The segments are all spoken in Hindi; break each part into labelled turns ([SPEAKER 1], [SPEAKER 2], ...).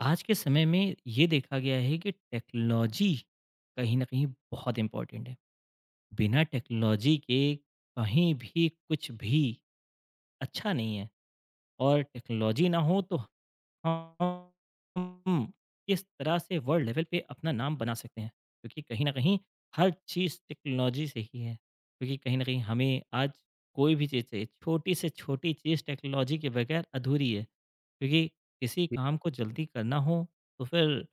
[SPEAKER 1] आज के समय में ये देखा गया है कि टेक्नोलॉजी कहीं न कहीं बहुत इम्पोर्टेंट है। बिना टेक्नोलॉजी के कहीं भी कुछ भी अच्छा नहीं है और टेक्नोलॉजी ना हो तो हम किस तरह से वर्ल्ड लेवल पे अपना नाम बना सकते हैं। क्योंकि कहीं न कहीं हर चीज़ टेक्नोलॉजी से ही है। क्योंकि कहीं न कहीं हमें आज कोई भी चीज़ चाहिए, छोटी से छोटी चीज़ टेक्नोलॉजी के बगैर अधूरी है। क्योंकि किसी काम को जल्दी करना हो तो फिर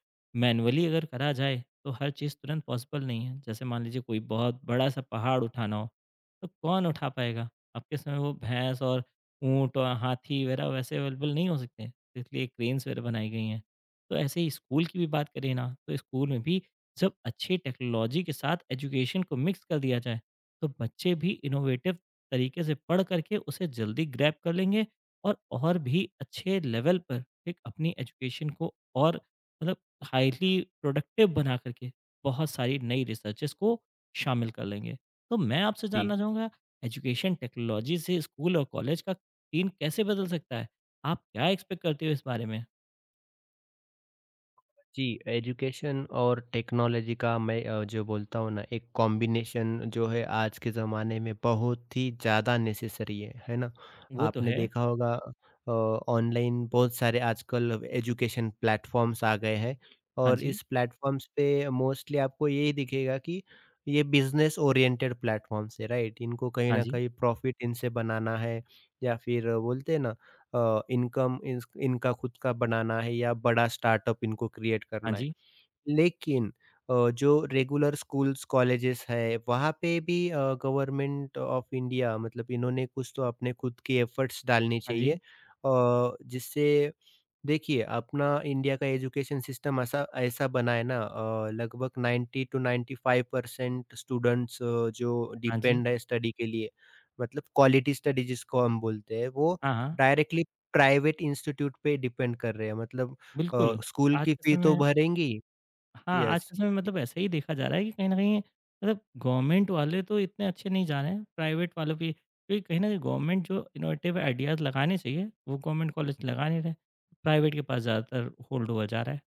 [SPEAKER 1] मैनुअली अगर करा जाए तो हर चीज़ तुरंत पॉसिबल नहीं है। जैसे मान लीजिए कोई बहुत बड़ा-सा पहाड़ उठाना हो, तो कौन उठा पाएगा? अब के समय वो भैंस और ऊँट और हाथी वगैरह वैसे अवेलेबल नहीं हो सकते। इसलिए क्रेन्स वगैरह बनाई गई हैं। तो ऐसे ही स्कूल की भी बात करें ना तो स्कूल में भी जब अच्छी टेक्नोलॉजी के साथ एजुकेशन को मिक्स कर दिया जाए तो बच्चे भी इनोवेटिव तरीके से पढ़ करके उसे जल्दी ग्रैब कर लेंगे और भी अच्छे लेवल पर एक अपनी एजुकेशन को और मतलब हाईली प्रोडक्टिव बना करके बहुत सारी नई रिसर्चेस को शामिल कर लेंगे। तो मैं आपसे
[SPEAKER 2] जी,
[SPEAKER 1] जानना चाहूँगा एजुकेशन टेक्नोलॉजी से स्कूल और कॉलेज का सीन कैसे बदल सकता है? आप क्या एक्सपेक्ट करते हो इस बारे में?
[SPEAKER 2] जी, एजुकेशन और टेक्नोलॉजी का मैं जो बोलता हूँ ना एक कॉम्बिनेशन जो है आज के ज़माने में बहुत ही ज़्यादा नेसेसरी है ना?
[SPEAKER 1] वो तो
[SPEAKER 2] आपने
[SPEAKER 1] है।
[SPEAKER 2] देखा होगा ऑनलाइन बहुत सारे आजकल एजुकेशन प्लेटफ़ॉर्म्स आ गए हैं
[SPEAKER 1] हाँ
[SPEAKER 2] और
[SPEAKER 1] जी,
[SPEAKER 2] इस प्लेटफ़ॉर्म्स पे मोस्टली आपको यही दिखेगा कि ये बिज़नेस ओरिएंटेड प्लेटफ़ॉर्म्स है, राइट? इनको कहीं
[SPEAKER 1] हाँ
[SPEAKER 2] न
[SPEAKER 1] जी,
[SPEAKER 2] कहीं प्रॉफ़िट इनसे बनाना है या फिर बोलते हैं ना इनकम इस इनका खुद का बनाना है या बड़ा स्टार्टअप इनको क्रिएट
[SPEAKER 1] हाँ
[SPEAKER 2] करना है।
[SPEAKER 1] जी,
[SPEAKER 2] लेकिन जो रेगुलर स्कूल्स, कॉलेजेस है वहाँ पे भी गवर्नमेंट ऑफ इंडिया मतलब इन्होंने कुछ तो अपने खुद के एफर्ट्स डालने
[SPEAKER 1] हाँ
[SPEAKER 2] चाहिए,
[SPEAKER 1] जी,
[SPEAKER 2] जिससे देखिए, अपना इंडिया का एजुकेशन सिस्टम ऐसा ऐसा बना है ना, लगभग 90 टू 95% स्टूडेंट्स, जो
[SPEAKER 1] हाँ जी,
[SPEAKER 2] डिपेंड है स्टडी के लिए, मतलब क्वालिटी स्टडी जिसको हम बोलते हैं, वो
[SPEAKER 1] हाँ, हाँ,
[SPEAKER 2] डायरेक्टली प्राइवेट इंस्टीट्यूट पे डिपेंड कर रहे हैं। मतलब
[SPEAKER 1] बिल्कुल।
[SPEAKER 2] स्कूल
[SPEAKER 1] आज
[SPEAKER 2] की
[SPEAKER 1] के
[SPEAKER 2] फ़ी तो
[SPEAKER 1] समय
[SPEAKER 2] भरेंगे ही।
[SPEAKER 1] हाँ, आज
[SPEAKER 2] यस।
[SPEAKER 1] के समय में मतलब ऐसा ही देखा जा रहा है कि कहीं न कहीं मतलब गवर्नमेंट वाले तो इतने अच्छे नहीं जा रहे हैं, प्राइवेट वालों की क्योंकि कहीं न कहीं गवर्नमेंट जो इनोवेटिव आइडियाज़ लगाने चाहिए, वो गवर्नमेंट कॉलेज लगा नहीं रहे। प्राइवेट के पास ज़्यादातर होल्ड हुआ जा रहा है।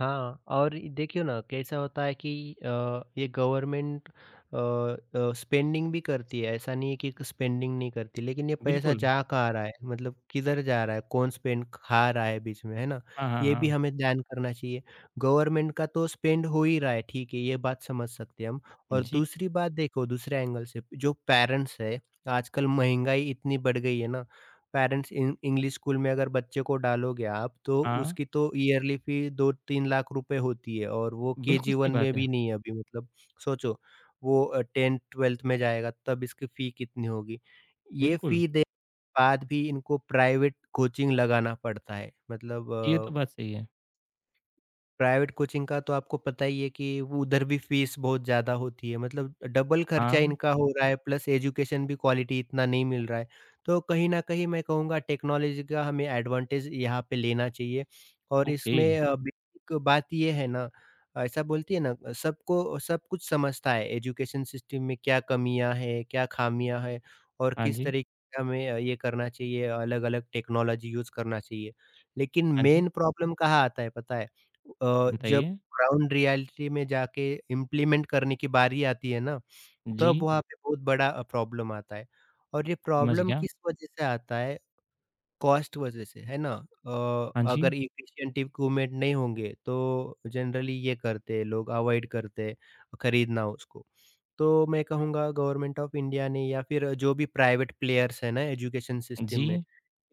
[SPEAKER 2] हाँ, और ये देखिए ना कैसा होता है कि अ, ये गवर्नमेंट स्पेंडिंग भी करती है, ऐसा नहीं है कि स्पेंडिंग नहीं करती, लेकिन ये पैसा
[SPEAKER 1] बिल्कुल।
[SPEAKER 2] जा कहाँ रहा है? मतलब किधर जा रहा है? कौन स्पेंड खा रहा है बीच में, है ना?
[SPEAKER 1] हाँ, हाँ,
[SPEAKER 2] ये भी
[SPEAKER 1] हाँ।
[SPEAKER 2] हमें ध्यान करना चाहिए। गवर्नमेंट का तो स्पेंड हो ही रहा है, ठीक है, ये बात समझ सकते हैं हम। और
[SPEAKER 1] जी,
[SPEAKER 2] दूसरी बात देखो दूसरे एंगल से, जो पेरेंट्स है, आजकल महँगाई इतनी बढ़ गई है ना, पेरेंट्स इंग इंग्लिश स्कूल में अगर बच्चे को डालोगे आप, तो
[SPEAKER 1] हाँ,
[SPEAKER 2] उसकी तो ईयरली फ़ी 2-3 लाख रुपए होती है और वो
[SPEAKER 1] बिल्कुल
[SPEAKER 2] केजी
[SPEAKER 1] सही
[SPEAKER 2] 1 में
[SPEAKER 1] बात है।
[SPEAKER 2] भी नहीं है अभी। मतलब सोचो वो 10th-12th में जाएगा तब इसकी फ़ी कितनी होगी। ये
[SPEAKER 1] बिल्कुल,
[SPEAKER 2] फ़ी देने के बाद भी इनको प्राइवेट कोचिंग लगाना पड़ता है। मतलब
[SPEAKER 1] ये तो बात सही है।
[SPEAKER 2] प्राइवेट कोचिंग का तो आपको पता ही है कि वो उधर भी फीस बहुत ज़्यादा होती है। मतलब डबल खर्चा
[SPEAKER 1] हाँ,
[SPEAKER 2] इनका हो रहा है प्लस एजुकेशन भी क्वालिटी इतना नहीं मिल रहा है। तो कहीं न कहीं मैं कहूँगा टेक्नोलॉजी का हमें एडवांटेज यहाँ पे लेना चाहिए और
[SPEAKER 1] ओके।
[SPEAKER 2] इसमें बेसिक बात ये है ना ऐसा बोलती है ना, सबको सब कुछ समझता है एजुकेशन सिस्टम में क्या कमियाँ हैं, क्या ख़ामियाँ हैं और
[SPEAKER 1] हाँ
[SPEAKER 2] किस
[SPEAKER 1] जी,
[SPEAKER 2] तरीके से हमें ये करना चाहिए, अलग-अलग टेक्नोलॉजी यूज़ करना चाहिए। लेकिन
[SPEAKER 1] हाँ जी।
[SPEAKER 2] मेन प्रॉब्लम कहाँ आता है पता है? जब
[SPEAKER 1] बताइए?
[SPEAKER 2] ग्राउंड रियलिटी में जाके इम्प्लीमेंट करने की बारी आती है ना, तब
[SPEAKER 1] जी,
[SPEAKER 2] वहाँ पे बहुत बड़ा प्रॉब्लम आता है। और ये
[SPEAKER 1] समझ
[SPEAKER 2] प्रॉब्लम
[SPEAKER 1] गया।
[SPEAKER 2] किस वजह से आता है? कॉस्ट वजह से, है ना?
[SPEAKER 1] हाँ जी,
[SPEAKER 2] अगर एफिशिएंट इक्विपमेंट नहीं होंगे, तो जनरली ये करते हैं लोग, अवॉइड करते हैं खरीदना उसको। तो मैं कहूँगा गवर्नमेंट ऑफ इंडिया ने या फिर जो भी प्राइवेट प्लेयर्स हैं ना एजुकेशन सिस्टम में
[SPEAKER 1] जी,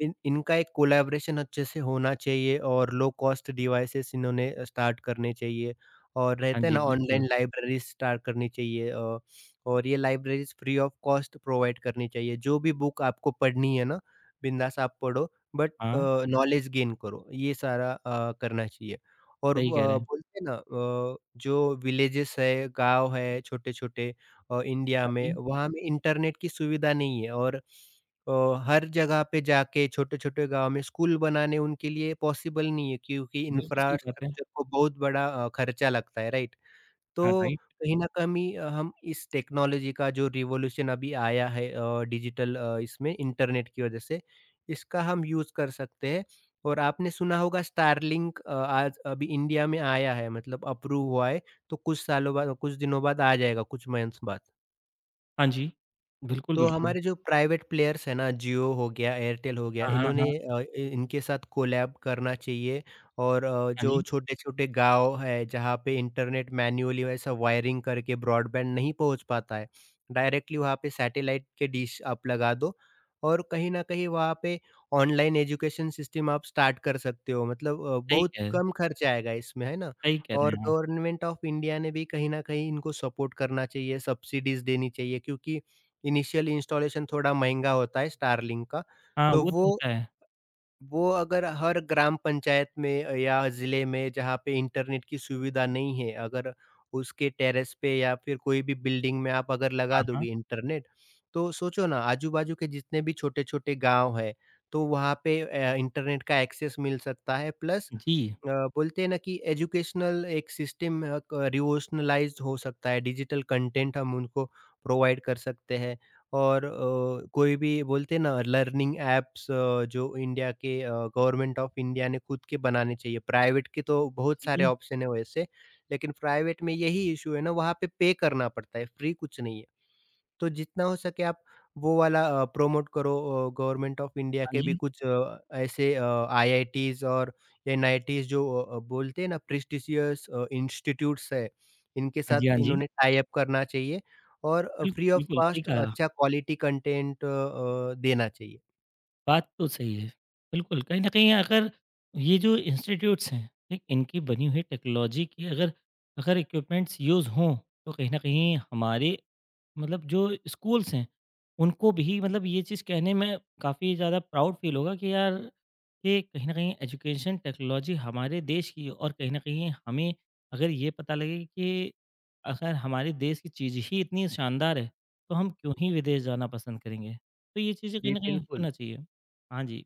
[SPEAKER 2] इन इनका एक कोलैबोरेशन अच्छे से होना चाहिए और लो कॉस्ट डिवाइसेस इन्होंने स्टार्ट करने चाहिए और
[SPEAKER 1] हाँ
[SPEAKER 2] रहते हैं
[SPEAKER 1] जी,
[SPEAKER 2] ना, ऑनलाइन
[SPEAKER 1] बिल्कुल।
[SPEAKER 2] लाइब्रेरीज स्टार्ट करनी चाहिए, और ये libraries free of cost provide करनी चाहिए। जो भी बुक आपको पढ़नी है ना, बिंदास आप पढ़ो, बट
[SPEAKER 1] हाँ,
[SPEAKER 2] नॉलेज गेन करो, ये सारा करना चाहिए। और
[SPEAKER 1] सही
[SPEAKER 2] व
[SPEAKER 1] कह रहे हैं।
[SPEAKER 2] बोलते हैं ना, जो विलेजेस है, गाँव है छोटे-छोटे इंडिया
[SPEAKER 1] हाँ
[SPEAKER 2] में,
[SPEAKER 1] जी,
[SPEAKER 2] वहाँ में इंटरनेट की सुविधा नहीं है और अ, हर जगह पे जाके छोटे-छोटे गाँव में स्कूल बनाने उनके लिए पॉसिबल नहीं है क्योंकि
[SPEAKER 1] बिल्कुल सही बात है।
[SPEAKER 2] इंफ्रास्ट्रक्चर को बहुत बड़ा खर्चा लगता है, राइट? तो
[SPEAKER 1] हाँ, राइट।
[SPEAKER 2] कहीं न कहीं हम इस टेक्नोलॉजी का जो रिवॉल्यूशन अभी आया है डिजिटल, इसमें इंटरनेट की वजह से, इसका हम यूज़ कर सकते हैं और आपने सुना होगा स्टारलिंक आज अभी इंडिया में आया है मतलब अप्रूव हुआ है, तो कुछ सालों बाद कुछ दिनों बाद आ जाएगा, कुछ मंथ्स बाद।
[SPEAKER 1] हाँ जी, बिल्कुल,
[SPEAKER 2] तो
[SPEAKER 1] बिल्कुल।
[SPEAKER 2] हमारे जो प्राइवेट प्लेयर्स हैं ना, जियो हो गया, एयरटेल हो गया,
[SPEAKER 1] हाँ, हाँ,
[SPEAKER 2] इन्होंने
[SPEAKER 1] हाँ।
[SPEAKER 2] अ, इ इनके साथ कोलैब करना चाहिए और,
[SPEAKER 1] हाँ
[SPEAKER 2] जो
[SPEAKER 1] जी,
[SPEAKER 2] छोटे-छोटे गाँव है, जहाँ पे इंटरनेट मैन्युअली वैसा वायरिंग करके ब्रॉडबैंड नहीं पहुँच पाता है, डायरेक्टली वहाँ पे सैटेलाइट के डिश आप लगा दो और कहीं न कहीं वहाँ पे ऑनलाइन एजुकेशन सिस्टम आप स्टार्ट कर सकते हो। मतलब
[SPEAKER 1] सही
[SPEAKER 2] बहुत
[SPEAKER 1] कह
[SPEAKER 2] कम खर्चा आएगा इसमें, है ना?
[SPEAKER 1] सही कह रहे
[SPEAKER 2] और
[SPEAKER 1] हैं आप।
[SPEAKER 2] गवर्नमेंट ऑफ इंडिया ने भी कहीं न कहीं इनको सपोर्ट करना चाहिए, सब्सिडीज़ देनी चाहिए क्योंकि इनिशियल इंस्टॉलेशन थोड़ा महँगा होता है स्टारलिंक का,
[SPEAKER 1] हाँ,
[SPEAKER 2] तो
[SPEAKER 1] वो तो
[SPEAKER 2] वो
[SPEAKER 1] होता है।
[SPEAKER 2] वो अगर हर ग्राम पंचायत में या ज़िले में जहाँ पे इंटरनेट की सुविधा नहीं है, अगर उसके टेरेस पे या फिर कोई भी बिल्डिंग में आप अगर लगा
[SPEAKER 1] हाँ, हाँ।
[SPEAKER 2] दोगे इंटरनेट, तो सोचो ना आजू-बाजू के जितने भी छोटे-छोटे गाँव हैं, तो वहाँ पे इंटरनेट का एक्सेस मिल सकता है प्लस
[SPEAKER 1] जी,
[SPEAKER 2] अ, बोलते हैं ना कि एजुकेशनल एक सिस्टम क रिवोशनलाइज़ हो सकता है, डिजिटल कंटेंट हम उनको प्रोवाइड कर सकते हैं और, कोई भी बोलते हैं ना लर्निंग ऐप्स, जो इंडिया के गवर्नमेंट ऑफ इंडिया ने खुद के बनाने चाहिए। प्राइवेट के तो बहुत सारे
[SPEAKER 1] जी।
[SPEAKER 2] ऑप्शन हैं वैसे, लेकिन प्राइवेट में यही इश्यू है ना, वहाँ पे पे करना पड़ता है, फ्री कुछ नहीं है। तो जितना हो सके आप वो वाला प्रमोट करो, गवर्नमेंट ऑफ इंडिया
[SPEAKER 1] हाँ
[SPEAKER 2] के भी
[SPEAKER 1] जी,
[SPEAKER 2] कुछ ऐसे आईआईटीज़ और एनआईटीज़ जो, बोलते हैं ना प्रेस्टिजियस इंस्टीट्यूट्स है, इनके
[SPEAKER 1] हाँ जी, हाँ
[SPEAKER 2] साथ
[SPEAKER 1] जी।
[SPEAKER 2] इन्होंने टाई अप करना चाहिए और फ्री
[SPEAKER 1] बिल्कुल,
[SPEAKER 2] ऑफ
[SPEAKER 1] बिल्कुल, सही
[SPEAKER 2] कॉस्ट
[SPEAKER 1] कहा।
[SPEAKER 2] अच्छा क्वालिटी कंटेंट देना चाहिए।
[SPEAKER 1] बात तो सही है। बिल्कुल, कहीं न कहीं अगर ये जो इंस्टीट्यूट्स हैं, ठीक? इनकी बनी हुई टेक्नोलॉजी की अगर अगर इक्विपमेंट्स यूज़ हों, तो कहीं न कहीं हमारे मतलब जो स्कूल्स हैं, उनको भी मतलब ये चीज़ कहने में काफ़ी ज़्यादा प्राउड फ़ील होगा कि यार, ये कहीं न कहीं एजुकेशन टेक्नोलॉजी हमारे देश की है और कहीं न कहीं हमें अगर ये पता लगे कि अगर हमारे देश की चीज़ ही इतनी शानदार है, तो हम क्यों ही विदेश जाना पसंद करेंगे। तो ये चीज़ें कहीं
[SPEAKER 2] जी,
[SPEAKER 1] न कहीं
[SPEAKER 2] बिल्कुल।
[SPEAKER 1] होना चाहिए। हाँ जी,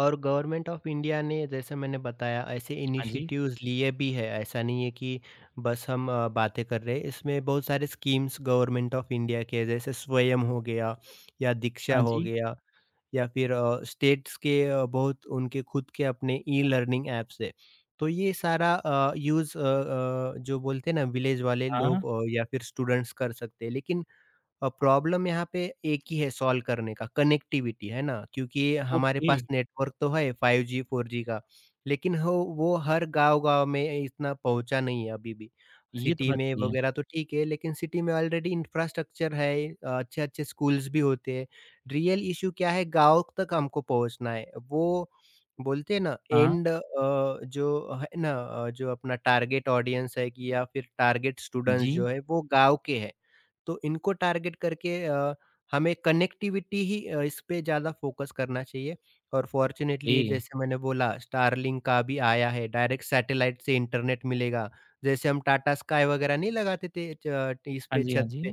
[SPEAKER 2] और गवर्नमेंट ऑफ इंडिया ने जैसे मैंने बताया ऐसे
[SPEAKER 1] हाँ जी,
[SPEAKER 2] इनिशिएटिव्स लिए भी है, ऐसा नहीं है कि बस हम बातें कर रहे हैं। इसमें बहुत सारे स्कीम्स गवर्नमेंट ऑफ इंडिया के, जैसे स्वयं हो गया या दीक्षा
[SPEAKER 1] हाँ
[SPEAKER 2] हो
[SPEAKER 1] जी,
[SPEAKER 2] गया या फिर स्टेट्स के, बहुत उनके खुद के अपने ई लर्निंग ऐप्स है। तो ये सारा यूज़ जो बोलते हैं ना विलेज वाले
[SPEAKER 1] हाँ,
[SPEAKER 2] लोग या फिर स्टूडेंट्स कर सकते हैं, लेकिन प्रॉब्लम यहाँ पे एक ही है सॉल्व करने का, कनेक्टिविटी है ना, क्योंकि हमारे
[SPEAKER 1] ओके,
[SPEAKER 2] पास नेटवर्क तो है 5G 4G का, लेकिन हो वो हर गांव-गांव में इतना पहुँचा नहीं है अभी भी।
[SPEAKER 1] ये तो
[SPEAKER 2] सिटी
[SPEAKER 1] बात
[SPEAKER 2] में
[SPEAKER 1] सही है।
[SPEAKER 2] वगैरह तो ठीक है लेकिन सिटी में ऑलरेडी इंफ्रास्ट्रक्चर है, अच्छे-अच्छे स्कूल्स भी होते हैं। रियल इश्यू क्या है, गाँव तक हमको पहुँचना है। वो बोलते हैं ना
[SPEAKER 1] हाँ,
[SPEAKER 2] एंड, जो है ना जो अपना टारगेट ऑडियंस है कि या फिर टारगेट
[SPEAKER 1] जी,
[SPEAKER 2] स्टूडेंट्स जो है वो गाँव के हैं। तो इनको टारगेट करके हमें कनेक्टिविटी ही, इस पे ज़्यादा फ़ोकस करना चाहिए और फ़ॉर्च्यूनेटली
[SPEAKER 1] ए,
[SPEAKER 2] जैसे मैंने बोला स्टारलिंक का भी आया है, डायरेक्ट सैटेलाइट से इंटरनेट मिलेगा। जैसे हम टाटा स्काई वगैरह नहीं लगाते थे च इस
[SPEAKER 1] हाँ
[SPEAKER 2] पे
[SPEAKER 1] जी, हाँ
[SPEAKER 2] छत
[SPEAKER 1] जी,
[SPEAKER 2] पे,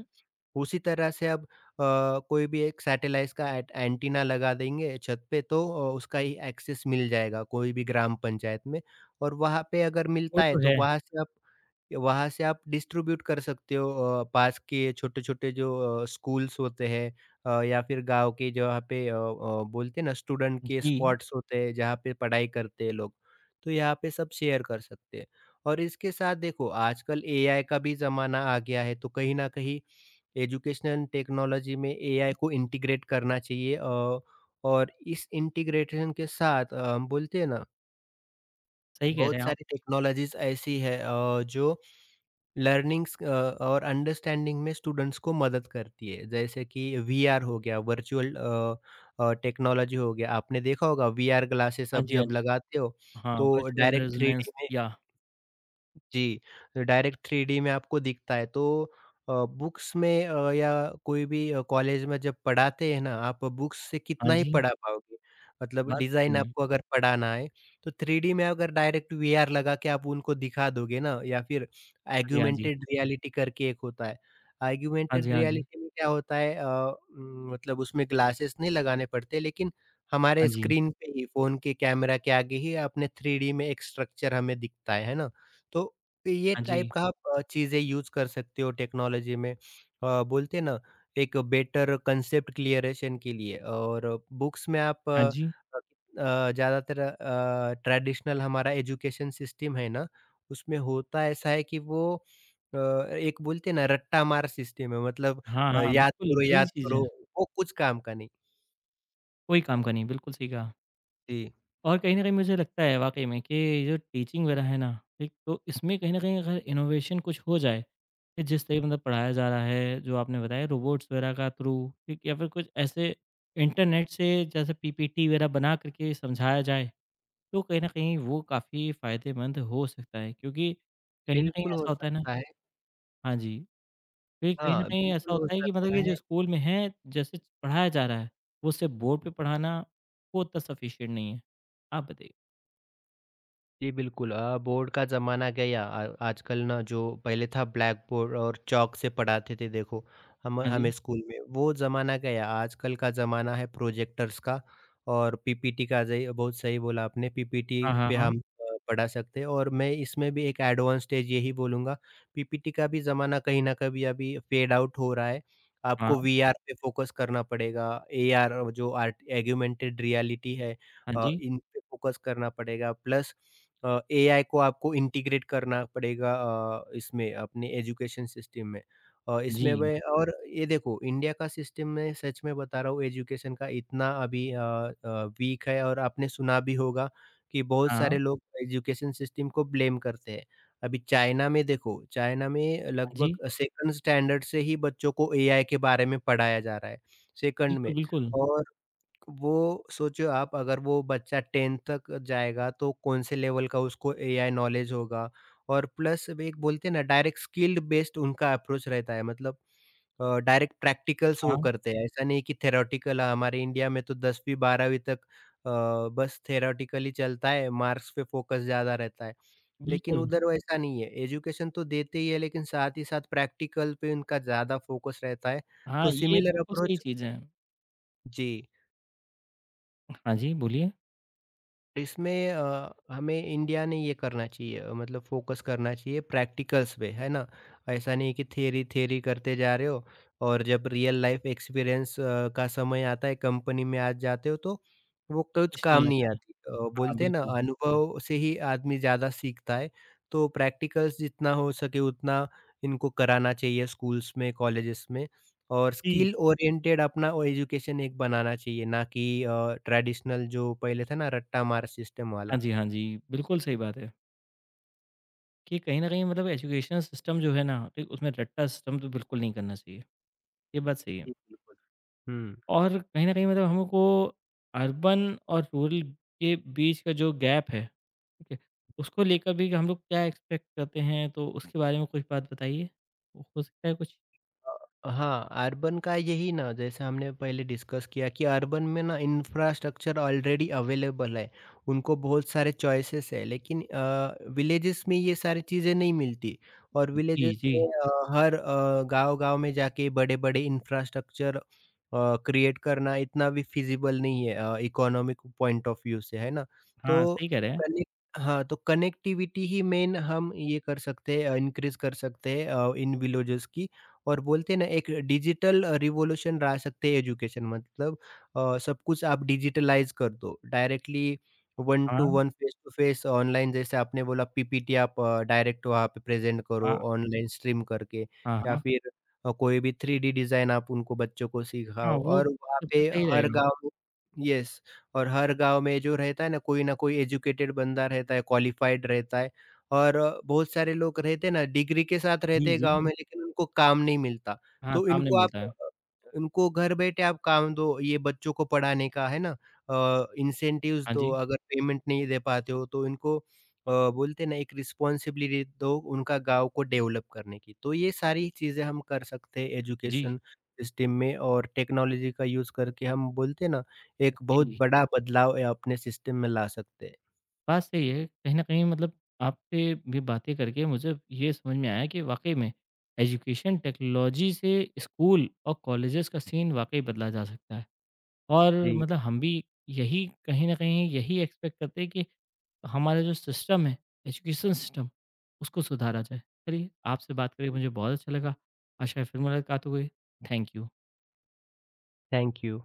[SPEAKER 2] उसी तरह से अब कोई भी एक सैटेलाइट का एट एंटीना लगा देंगे छत पे, तो उसका ही एक्सेस मिल जाएगा कोई भी ग्राम पंचायत में और वहाँ पे अगर
[SPEAKER 1] वो
[SPEAKER 2] मिलता है
[SPEAKER 1] तो
[SPEAKER 2] तो
[SPEAKER 1] है।
[SPEAKER 2] वहाँ से आप डिस्ट्रीब्यूट कर सकते हो पास के छोटे-छोटे जो स्कूल्स होते हैं या फिर गाँव के जहाँ पे बोलते हैं ना स्टूडेंट के
[SPEAKER 1] जी,
[SPEAKER 2] स्पॉट्स होते हैं जहाँ पे पढ़ाई करते हैं लोग, तो यहाँ पे सब शेयर कर सकते हैं। और इसके साथ देखो आजकल एआई का भी ज़माना आ गया है, तो कहीं न कहीं एजुकेशनल टेक्नोलॉजी में एआई को इंटीग्रेट करना चाहिए, और इस इंटीग्रेशन के साथ हम बोलते हैं ना
[SPEAKER 1] सही कह रहे
[SPEAKER 2] बहुत
[SPEAKER 1] हैं आप।
[SPEAKER 2] सारी टेक्नोलॉजीज़ ऐसी है जो लर्निंग्स और अंडरस्टैंडिंग में स्टूडेंट्स को मदद करती है। जैसे कि वीआर हो गया, वर्चुअल टेक्नोलॉजी हो गया। आपने देखा होगा वीआर ग्लासेस
[SPEAKER 1] हाँ
[SPEAKER 2] अब
[SPEAKER 1] जी, हाँ
[SPEAKER 2] जब
[SPEAKER 1] जी,
[SPEAKER 2] लगाते हो,
[SPEAKER 1] हाँ,
[SPEAKER 2] तो
[SPEAKER 1] वर्चुअल
[SPEAKER 2] डायरेक्ट 3D
[SPEAKER 1] रेज़ोनेंस
[SPEAKER 2] में,
[SPEAKER 1] या
[SPEAKER 2] जी, डायरेक्ट 3D में आपको दिखता है तो बुक्स में या कोई भी कॉलेज में जब पढ़ाते हैं ना आप, बुक्स से
[SPEAKER 1] हाँ
[SPEAKER 2] कितना ही
[SPEAKER 1] जी,
[SPEAKER 2] पढ़ा पाओगे। मतलब
[SPEAKER 1] बात
[SPEAKER 2] डिज़ाइन
[SPEAKER 1] सही है।
[SPEAKER 2] आपको अगर पढ़ाना है तो 3D में अगर डायरेक्ट वीआर लगा के आप उनको दिखा दोगे ना या फिर
[SPEAKER 1] हाँ जी, हाँ जी,
[SPEAKER 2] ऑगमेंटेड रियलिटी करके एक होता है।
[SPEAKER 1] हाँ जी,
[SPEAKER 2] ऑगमेंटेड
[SPEAKER 1] हाँ जी,
[SPEAKER 2] रियलिटी में क्या होता है, मतलब उसमें ग्लासेस नहीं लगाने पड़ते लेकिन
[SPEAKER 1] हाँ
[SPEAKER 2] हमारे
[SPEAKER 1] जी,
[SPEAKER 2] स्क्रीन पे ही फ़ोन के कैमरा के आगे ही अपने 3D में एक स्ट्रक्चर हमें दिखता है ना? तो तो ये
[SPEAKER 1] हाँ जी,
[SPEAKER 2] टाइप का आप चीज़ें यूज़ कर सकते हो टेक्नोलॉजी में। बोलते हैं ना एक बेटर कंसेप्ट क्लियरेशन के लिए और बुक्स में आप
[SPEAKER 1] हाँ जी,
[SPEAKER 2] ज़्यादातर ट्रेडिशनल हमारा एजुकेशन सिस्टम है ना, उसमें होता ऐसा है कि वो एक बोलते हैं ना रट्टा मार सिस्टम है मतलब
[SPEAKER 1] हाँ, हाँ, बिल्कुल वही
[SPEAKER 2] याद
[SPEAKER 1] चीज़
[SPEAKER 2] करो,
[SPEAKER 1] है,
[SPEAKER 2] वो कुछ काम का नहीं।
[SPEAKER 1] कोई काम का नहीं, बिल्कुल सही कहा।
[SPEAKER 2] जी,
[SPEAKER 1] और कहीं न कहीं मुझे लगता है वाक़ई में कि ये जो टीचिंग वगैरह है ना, ठीक? तो इसमें कहीं न कहीं अगर इनोवेशन कुछ हो जाए, कि जिस तरीके मतलब पढ़ाया जा रहा है, जो आपने बताया रोबोट्स वगैरह का थ्रू, ठीक? या फिर कुछ ऐसे इंटरनेट से जैसे पीपीटी वगैरह बना करके समझाया जाए, तो कहीं न कहीं वो काफ़ी फ़ायदेमंद हो सकता है क्योंकि कहीं न कहीं
[SPEAKER 2] बिल्कुल हो
[SPEAKER 1] ऐसा होता है ना
[SPEAKER 2] सकता है।
[SPEAKER 1] हाँ जी, क्योंकि कहीं न
[SPEAKER 2] हाँ,
[SPEAKER 1] कहीं ऐसा
[SPEAKER 2] बिल्कुल हो
[SPEAKER 1] होता है कि मतलब
[SPEAKER 2] सकता
[SPEAKER 1] ये
[SPEAKER 2] है।
[SPEAKER 1] जो स्कूल में है, जैसे पढ़ाया जा रहा है, वो सिर्फ़ बोर्ड पे पढ़ाना वो उतना सफिशिएंट नहीं है। आप बताइए?
[SPEAKER 2] जी, बिल्कुल। बोर्ड का ज़माना गया आ आजकल ना जो पहले था ब्लैक बोर्ड और चॉक से पढ़ाते थे देखो, हम
[SPEAKER 1] हाँ
[SPEAKER 2] हमें
[SPEAKER 1] जी।
[SPEAKER 2] स्कूल में, वो ज़माना गया। आजकल का ज़माना है प्रोजेक्टर्स का और पीपीटी का ज़ही बहुत सही बोला आपने, पीपीटी
[SPEAKER 1] हाँ, हाँ,
[SPEAKER 2] पे
[SPEAKER 1] हाँ।
[SPEAKER 2] हम पढ़ा सकते हैं और मैं इसमें भी एक एडवांस स्टेज यही बोलूँगा, पीपीटी का भी ज़माना कहीं न कहीं अभी फेड आउट हो रहा है।
[SPEAKER 1] हाँ,
[SPEAKER 2] आपको वीआर पे फोकस करना पड़ेगा, एआर जो आर्ट ऑगमेंटेड रियलिटी है
[SPEAKER 1] हाँ जी।
[SPEAKER 2] इन पे फोकस करना पड़ेगा प्लस एआई को आपको इंटीग्रेट करना पड़ेगा इसमें अपने एजुकेशन सिस्टम में। इसमें
[SPEAKER 1] जी।
[SPEAKER 2] वे और ये देखो इंडिया का सिस्टम में सच में बता रहा हूँ एजुकेशन का इतना अभी वीक है और आपने सुना भी होगा कि बहुत
[SPEAKER 1] हाँ, हाँ
[SPEAKER 2] सारे लोग एजुकेशन सिस्टम को ब्लेम करते हैं। अभी चाइना में देखो, चाइना में
[SPEAKER 1] जी।
[SPEAKER 2] लगभग सेकंड स्टैंडर्ड से ही बच्चों को एआई के बारे में पढ़ाया जा रहा है, सेकंड
[SPEAKER 1] बिल्कुल,
[SPEAKER 2] में।
[SPEAKER 1] बिल्कुल।
[SPEAKER 2] और वो सोचो आप अगर वो बच्चा 10th तक जाएगा तो कौन से लेवल का उसको एआई नॉलेज होगा। और प्लस वे एक बोलते हैं ना डायरेक्ट स्किल्ड बेस्ड उनका अप्रोच रहता है मतलब डायरेक्ट प्रैक्टिकल्स वो
[SPEAKER 1] हाँ,
[SPEAKER 2] करते हैं ऐसा नहीं कि थेरोटिकल, हमारे इंडिया में तो 10वीं 12वीं तक बस थेरोटिकली चलता है, मार्क्स पे फोकस ज़्यादा रहता है। लेकिन
[SPEAKER 1] बिल्कुल।
[SPEAKER 2] उधर वैसा नहीं है, एजुकेशन तो देते ही है लेकिन साथ ही साथ प्रैक्टिकल पे उनका ज़्यादा फोकस रहता है।
[SPEAKER 1] हाँ,
[SPEAKER 2] तो
[SPEAKER 1] ये
[SPEAKER 2] सिमिलर
[SPEAKER 1] बिल्कुल सही
[SPEAKER 2] अप्रोच।
[SPEAKER 1] चीज़ है।
[SPEAKER 2] जी।
[SPEAKER 1] हाँ जी, बोलिए।
[SPEAKER 2] इसमें हमें इंडिया ने ये करना चाहिए, मतलब फोकस करना चाहिए प्रैक्टिकल्स पे, है ना? ऐसा नहीं कि थ्योरी थ्योरी करते जा रहे हो और जब रियल लाइफ एक्सपीरियंस का समय आता है, कंपनी में आज जाते हो तो वो
[SPEAKER 1] तो
[SPEAKER 2] कुछ
[SPEAKER 1] कुछ
[SPEAKER 2] काम
[SPEAKER 1] नहीं
[SPEAKER 2] नहीं
[SPEAKER 1] आता है।
[SPEAKER 2] आती।
[SPEAKER 1] हाँ,
[SPEAKER 2] बोलते हैं ना
[SPEAKER 1] बिल्कुल।
[SPEAKER 2] अनुभव से ही आदमी ज़्यादा सीखता है, तो प्रैक्टिकल्स जितना हो सके उतना इनको कराना चाहिए स्कूल्स में, कॉलेजेस में। और
[SPEAKER 1] जी।
[SPEAKER 2] स्किल ओरिएंटेड अपना वो एजुकेशन एक बनाना चाहिए, ना कि ट्रेडिशनल जो पहले था ना रट्टा मार सिस्टम
[SPEAKER 1] हाँ
[SPEAKER 2] वाला।
[SPEAKER 1] जी, हाँ जी। बिल्कुल सही बात है कि कहीं न कहीं मतलब एजुकेशन सिस्टम जो है ना, ठीक उसमें रट्टा सिस्टम तो बिल्कुल नहीं करना चाहिए। ये बात सही है।
[SPEAKER 2] जी, बिल्कुल। हुँ।
[SPEAKER 1] और कहीं न कहीं मतलब हमको अर्बन और रूरल के बीच का जो गैप है, ठीक है, उसको लेकर भी हम लोग क्या एक्सपेक्ट करते हैं? तो उसके बारे में कुछ बात बताइए? हो सकता है कुछ?
[SPEAKER 2] हाँ, अर्बन का यही ना, जैसे हमने पहले डिस्कस किया कि अर्बन में ना इंफ्रास्ट्रक्चर ऑलरेडी अवेलेबल है, उनको बहुत सारे चॉइसेस है लेकिन विलेजेस में ये सारी चीज़ें नहीं मिलती, और
[SPEAKER 1] जी,
[SPEAKER 2] विलेजेस
[SPEAKER 1] जी।
[SPEAKER 2] में गाँव-गाँव में जाके बड़े-बड़े इंफ्रास्ट्रक्चर क्रिएट करना इतना भी फिज़िबल नहीं है इकोनॉमिक पॉइंट ऑफ व्यू से, है ना?
[SPEAKER 1] हाँ,
[SPEAKER 2] तो
[SPEAKER 1] सही कह रहे हैं।
[SPEAKER 2] कनेक्ट हाँ, तो कनेक्टिविटी ही मेन हम ये कर सकते हैं, इनक्रीज़ कर सकते हैं इन विलेजेस की। और बोलते हैं ना, एक डिजिटल रिवॉल्यूशन ला सकते हैं एजुकेशन मतलब सब कुछ आप डिजिटलाइज कर दो, डायरेक्टली वन टू
[SPEAKER 1] हाँ,
[SPEAKER 2] one, face to face, online, जैसे आपने बोला पीपीटी आप डायरेक्ट वहाँ पे प्रेजेंट करो,
[SPEAKER 1] हाँ,
[SPEAKER 2] ऑनलाइन स्ट्रीम करके
[SPEAKER 1] हाँ,
[SPEAKER 2] या
[SPEAKER 1] हाँ,
[SPEAKER 2] फिर कोई भी 3D डिजाइन आप उनको बच्चों को
[SPEAKER 1] हाँ,
[SPEAKER 2] सिखाओ
[SPEAKER 1] वो
[SPEAKER 2] और वहाँ
[SPEAKER 1] सबसे
[SPEAKER 2] पे
[SPEAKER 1] सही
[SPEAKER 2] हर
[SPEAKER 1] रहेगा।
[SPEAKER 2] गाँव में। यस। और हर गांव में जो रहता है ना, कोई ना कोई एजुकेटेड बंदा रहता है, क्वालिफाइड रहता है, और बहुत सारे लोग रहते ना, डिग्री के साथ
[SPEAKER 1] जी,
[SPEAKER 2] रहते हैं
[SPEAKER 1] जी।
[SPEAKER 2] गाँव में लेकिन उनको काम नहीं मिलता।
[SPEAKER 1] हाँ,
[SPEAKER 2] तो
[SPEAKER 1] काम नहीं
[SPEAKER 2] इनको आप
[SPEAKER 1] मिलता है।
[SPEAKER 2] इनको घर बैठे आप काम दो, ये बच्चों को पढ़ाने का, है ना? इंसेंटिव्स
[SPEAKER 1] हाँ
[SPEAKER 2] दो
[SPEAKER 1] जी,
[SPEAKER 2] अगर पेमेंट नहीं दे पाते हो तो इनको, बोलते हैं ना, एक रिस्पॉन्सिबिलिटी दो उनका गाँव को डेवलप करने की। तो ये सारी चीज़ें हम कर सकते हैं
[SPEAKER 1] जी,
[SPEAKER 2] एजुकेशन सिस्टम में और टेक्नोलॉजी का यूज़ करके, हम बोलते हैं ना, एक बहुत
[SPEAKER 1] जी।
[SPEAKER 2] बड़ा बदलाव अपने सिस्टम में ला सकते हैं।
[SPEAKER 1] बात सही है, कहीं न कहीं मतलब आपसे भी बातें करके मुझे ये समझ में आया कि वाक़ई में एजुकेशन टेक्नोलॉजी से स्कूल और कॉलेजेस का सीन वाक़ई बदला जा सकता है। और
[SPEAKER 2] जी,
[SPEAKER 1] मतलब हम भी यही कहीं न कहीं यही एक्सपेक्ट करते हैं कि हमारा जो सिस्टम है, एजुकेशन सिस्टम उसको सुधारा जाए। चलिए आपसे बात करके मुझे बहुत अच्छा लगा। आशा है फिर मुलाकात होगी। Thank you.
[SPEAKER 2] Thank you.